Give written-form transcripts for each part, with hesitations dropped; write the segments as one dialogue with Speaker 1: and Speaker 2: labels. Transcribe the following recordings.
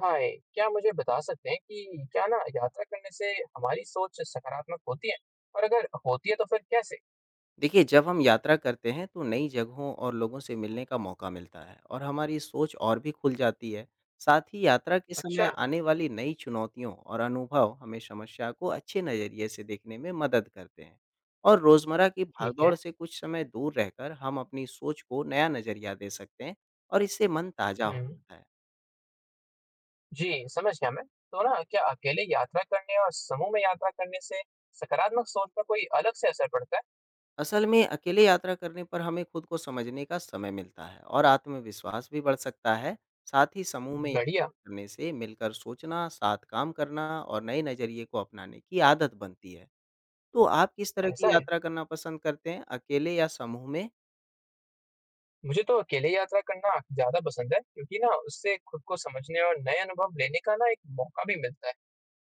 Speaker 1: हाय, क्या मुझे बता सकते हैं कि क्या ना यात्रा करने से हमारी सोच सकारात्मक होती है? और अगर होती है तो फिर कैसे?
Speaker 2: देखिए, जब हम यात्रा करते हैं तो नई जगहों और लोगों से मिलने का मौका मिलता है और हमारी सोच और भी खुल जाती है। साथ ही यात्रा के
Speaker 1: अच्छा।
Speaker 2: समय आने वाली नई चुनौतियों और अनुभव हमें समस्या को अच्छे नज़रिए से देखने में मदद करते हैं। और रोज़मर्रा की
Speaker 1: ठीक है।
Speaker 2: भागदौड़ से कुछ समय दूर रहकर हम अपनी सोच को नया नज़रिया दे सकते हैं और इससे मन ताज़ा
Speaker 1: हम्म,
Speaker 2: होता है।
Speaker 1: जी, समझ गया मैं। तो ना क्या अकेले यात्रा करने और समूह में यात्रा करने से सकारात्मक सोच पर कोई अलग से असर पड़ता है?
Speaker 2: असल में अकेले यात्रा करने पर हमें खुद को समझने का समय मिलता है और आत्मविश्वास भी बढ़ सकता है। साथ ही समूह में
Speaker 1: बढ़िया,
Speaker 2: यात्रा करने से मिलकर सोचना, साथ काम करना और नए नज़रिए को अपनाने की आदत बनती है। तो आप किस तरह
Speaker 1: ऐसा
Speaker 2: की
Speaker 1: है।
Speaker 2: यात्रा करना पसंद करते हैं, अकेले या समूह में?
Speaker 1: मुझे तो अकेले यात्रा करना ज्यादा पसंद है क्योंकि ना उससे खुद को समझने और नए अनुभव लेने का ना एक मौका भी मिलता है।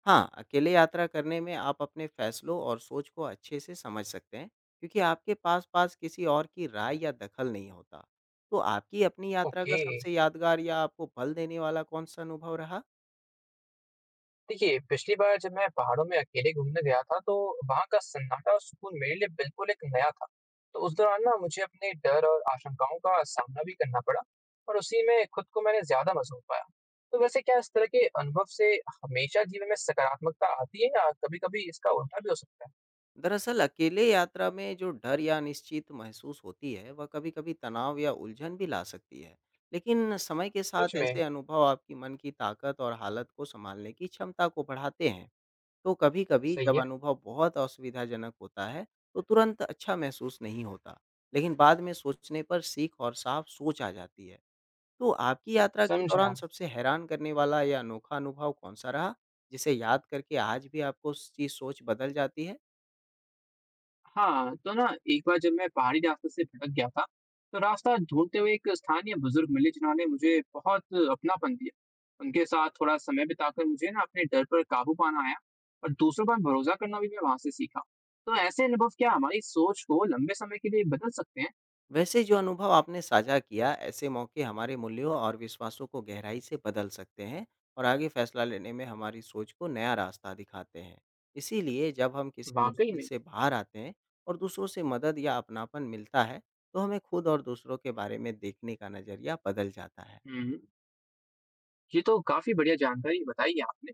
Speaker 2: हाँ, अकेले यात्रा करने में आप अपने फैसलों और सोच को अच्छे से समझ सकते हैं, क्योंकि आपके पास पास किसी और की राय या दखल नहीं होता। तो आपकी अपनी यात्रा का
Speaker 1: ओके,
Speaker 2: सबसे यादगार या आपको फल देने वाला कौन सा अनुभव रहा?
Speaker 1: देखिए, पिछली बार जब मैं पहाड़ों में अकेले घूमने गया था, तो वहाँ का सन्नाटा और सुकून मेरे लिए बिल्कुल एक नया था। तो उस दौरान ना मुझे अपने डर और आशंकाओं का सामना भी करना पड़ा और उसी में खुद को मैंने ज़्यादा मज़ा पाया। तो वैसे क्या इस तरह के अनुभव से हमेशा जीवन में सकारात्मकता आती है या कभी-कभी इसका उल्टा भी हो सकता है?
Speaker 2: दरअसल अकेले यात्रा में जो डर या अनिश्चित महसूस होती है, वह कभी-कभी तनाव या उलझन भी ला सकती है। लेकिन समय के
Speaker 1: सच
Speaker 2: साथ
Speaker 1: में।
Speaker 2: ऐसे अनुभव आपकी मन की ताकत और हालत को संभालने की क्षमता को बढ़ाते हैं। तो कभी-कभी
Speaker 1: सही
Speaker 2: जब
Speaker 1: है।
Speaker 2: अनुभव बहुत असुविधाजनक होता है, तो तुरंत अच्छा महसूस नहीं होता, लेकिन बाद में सोचने पर सीख और साफ सोच आ जाती है। तो आपकी यात्रा के
Speaker 1: समझा।
Speaker 2: दौरान सबसे हैरान करने वाला या अनोखा अनुभव कौन सा रहा, जिसे याद करके आज भी आपको उसकी सोच बदल जाती है?
Speaker 1: हाँ, तो ना एक बार जब मैं पहाड़ी रास्ते से भटक गया था, तो रास्ता ढूंढते हुए एक स्थानीय बुजुर्ग मिले जिन्होंने मुझे बहुत अपनापन दिया। उनके साथ थोड़ा समय बिताकर मुझे ना अपने डर पर काबू पाना आया और दूसरों पर भरोसा करना भी मैं वहां से सीखा। तो ऐसे अनुभव क्या हमारी सोच को लंबे समय के लिए बदल सकते हैं?
Speaker 2: वैसे जो अनुभव आपने साझा किया, ऐसे मौके हमारे मूल्यों और विश्वासों को गहराई से बदल सकते हैं और आगे फैसला लेने में हमारी सोच को नया रास्ता दिखाते हैं। इसीलिए जब हम किसी
Speaker 1: वाकई
Speaker 2: मुश्किल
Speaker 1: में।
Speaker 2: से बाहर आते हैं और दूसरों से मदद या अपनापन मिलता है, तो हमें खुद और दूसरों के बारे में देखने का नज़रिया बदल जाता है।
Speaker 1: हम्म, ये तो काफी बढ़िया जानकारी बताई है आपने।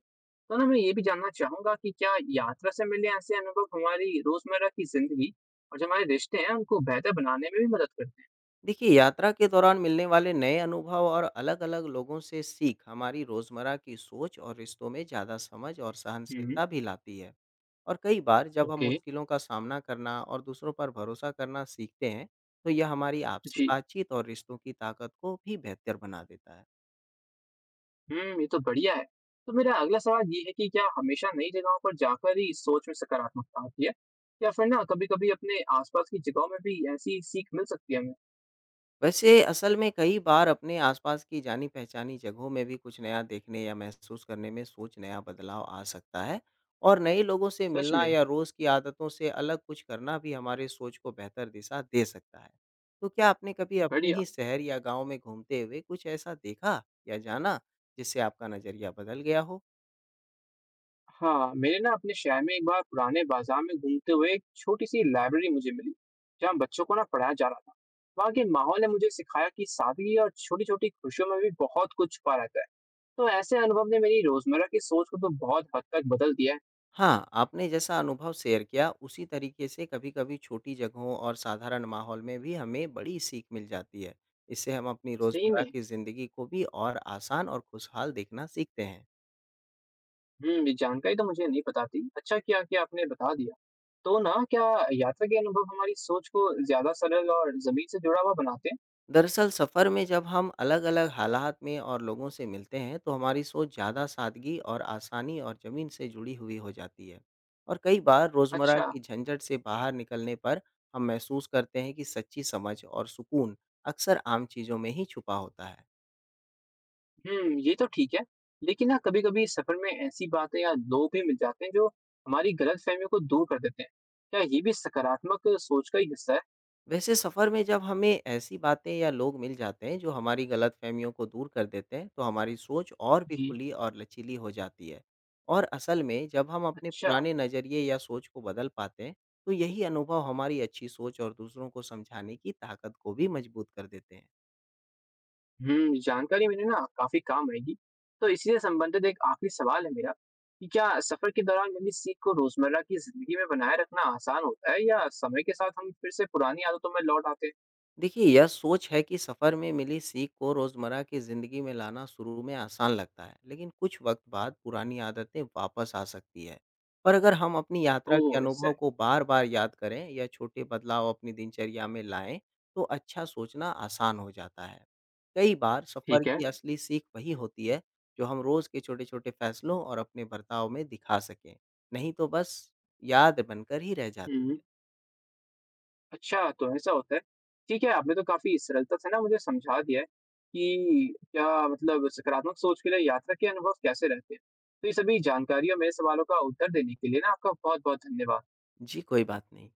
Speaker 1: तो ना मैं ये भी जानना चाहूंगा कि क्या यात्रा से मिले ऐसे अनुभव हमारी रोजमर्रा की जिंदगी और जो हमारे रिश्ते हैं उनको बेहतर बनाने में भी मदद करते हैं?
Speaker 2: देखिए, यात्रा के दौरान मिलने वाले नए अनुभव और अलग-अलग लोगों से सीख हमारी रोज़मर्रा की सोच और रिश्तों में ज़्यादा समझ और
Speaker 1: हुँ।
Speaker 2: सहनशीलता भी लाती है। और कई बार जब हम
Speaker 1: ओके।
Speaker 2: मुश्किलों का सामना करना और दूसरों पर भरोसा करना सीखते हैं, तो यह हमारी आपसी
Speaker 1: जी।
Speaker 2: बातचीत और रिश्तों की ताकत को भी बेहतर बना देता है।
Speaker 1: हुँ, ये तो बढ़िया है। तो मेरा अगला सवाल ये है कि क्या हमेशा नई जगहों पर जाकर ही सोच में सकारात्मकता आती है? या फिर ना कभी-कभी अपने आस-पास की जगहों में भी ऐसी सीख मिल सकती है हमें?
Speaker 2: वैसे असल में कई बार अपने आसपास की जानी-पहचानी जगहों में भी कुछ नया देखने या महसूस करने में सोच नया बदलाव आ सकता है। और नए लोगों से
Speaker 1: सच
Speaker 2: मिलना
Speaker 1: में।
Speaker 2: या रोज़ की आदतों से अलग कुछ करना भी हमारे सोच को बेहतर दिशा दे सकता है। तो क्या आपने कभी अपने
Speaker 1: बढ़िया।
Speaker 2: ही शहर या गाँव में घूमते हुए कुछ ऐसा देखा या जाना, जिससे आपका नज़रिया बदल गया हो?
Speaker 1: हाँ, मेरे ना अपने शहर में एक बार पुराने बाज़ार में घूमते हुए एक छोटी-सी लाइब्रेरी मुझे मिली, जहाँ बच्चों को ना पढ़ाया जा रहा था। वहाँ के माहौल ने मुझे सिखाया कि सादगी और छोटी-छोटी खुशियों में भी बहुत कुछ छुपा रहता है। तो ऐसे अनुभव ने मेरी रोज़मर्रा की सोच को तो बहुत हद तक बदल दिया है।
Speaker 2: हाँ, आपने जैसा अनुभव शेयर किया, उसी तरीके से कभी-कभी छोटी जगहों और साधारण माहौल में भी हमें बड़ी सीख मिल जाती है। इससे हम अपनी
Speaker 1: सही
Speaker 2: रोज़मर्रा
Speaker 1: में।
Speaker 2: की ज़िंदगी को भी और आसान और खुशहाल देखना सीखते हैं।
Speaker 1: हुँ, ये जानकारी तो मुझे नहीं पता थी। अच्छा किया कि आपने बता दिया। तो ना क्या यात्रा के अनुभव हमारी सोच को ज़्यादा सरल और ज़मीन से जुड़ा हुआ बनाते हैं?
Speaker 2: दरअसल सफ़र में जब हम अलग-अलग हालात में और लोगों से मिलते हैं, तो हमारी सोच ज़्यादा सादगी और आसानी और ज़मीन से जुड़ी हुई हो जाती है। और कई बार रोज़मर्रा
Speaker 1: अच्छा।
Speaker 2: की झंझट से बाहर निकलने पर हम महसूस करते हैं कि सच्ची समझ और सुकून अक्सर आम चीज़ों में ही छुपा होता है।
Speaker 1: हुँ, ये तो ठीक है। लेकिन ना कभी-कभी सफ़र में ऐसी बातें या लोग भी मिल जाते हैं जो हमारी गलतफ़हमियों को दूर कर देते हैं। क्या ये भी सकारात्मक सोच का ही हिस्सा है?
Speaker 2: वैसे सफ़र में जब हमें ऐसी बातें या लोग मिल जाते हैं, जो हमारी गलतफ़हमियों को दूर कर देते हैं, तो हमारी सोच और भी
Speaker 1: जी।
Speaker 2: खुली और लचीली हो जाती है। और असल में जब हम अपने
Speaker 1: अच्छा।
Speaker 2: पुराने नज़रिए या सोच को बदल पाते हैं, तो यही अनुभव हमारी अच्छी सोच और दूसरों को समझाने की ताकत को भी मजबूत कर देते हैं।
Speaker 1: हुँ, जानकारी मेरे ना काफ़ी काम आएगी। तो इसी से संबंधित एक आखिरी सवाल है मेरा कि क्या सफ़र के दौरान मिली सीख को रोज़मर्रा की ज़िंदगी में बनाए रखना आसान होता है या समय के साथ हम फिर से पुरानी आदतों में लौट आते हैं?
Speaker 2: देखिए, यह सोच है कि सफ़र में मिली सीख को रोज़मर्रा की ज़िंदगी में लाना शुरू में आसान लगता है, लेकिन कुछ वक़्त बाद पुरानी आदतें वापस आ सकती है। पर अगर हम अपनी यात्रा के
Speaker 1: ओह! ऐसा
Speaker 2: अनुभव
Speaker 1: है।
Speaker 2: को बार-बार याद करें या छोटे बदलाव अपनी दिनचर्या में लाएँ, तो अच्छा सोचना आसान हो जाता है। कई बार सफ़र
Speaker 1: ठीक है।
Speaker 2: की असली सीख वही होती है, जो हम रोज़ के छोटे-छोटे फ़ैसलों और अपने बर्ताव में दिखा सकें, नहीं तो बस याद बनकर ही रह जाती।
Speaker 1: हुँ, अच्छा तो ऐसा होता है। ठीक है, आपने तो काफ़ी सरलता से ना मुझे समझा दिया है कि क्या मतलब सकारात्मक सोच के लिए यात्रा के अनुभव कैसे रहते हैं। तो ये सभी जानकारी और मेरे सवालों का उत्तर देने के लिए ना आपका बहुत-बहुत धन्यवाद।
Speaker 2: जी, कोई बात नहीं।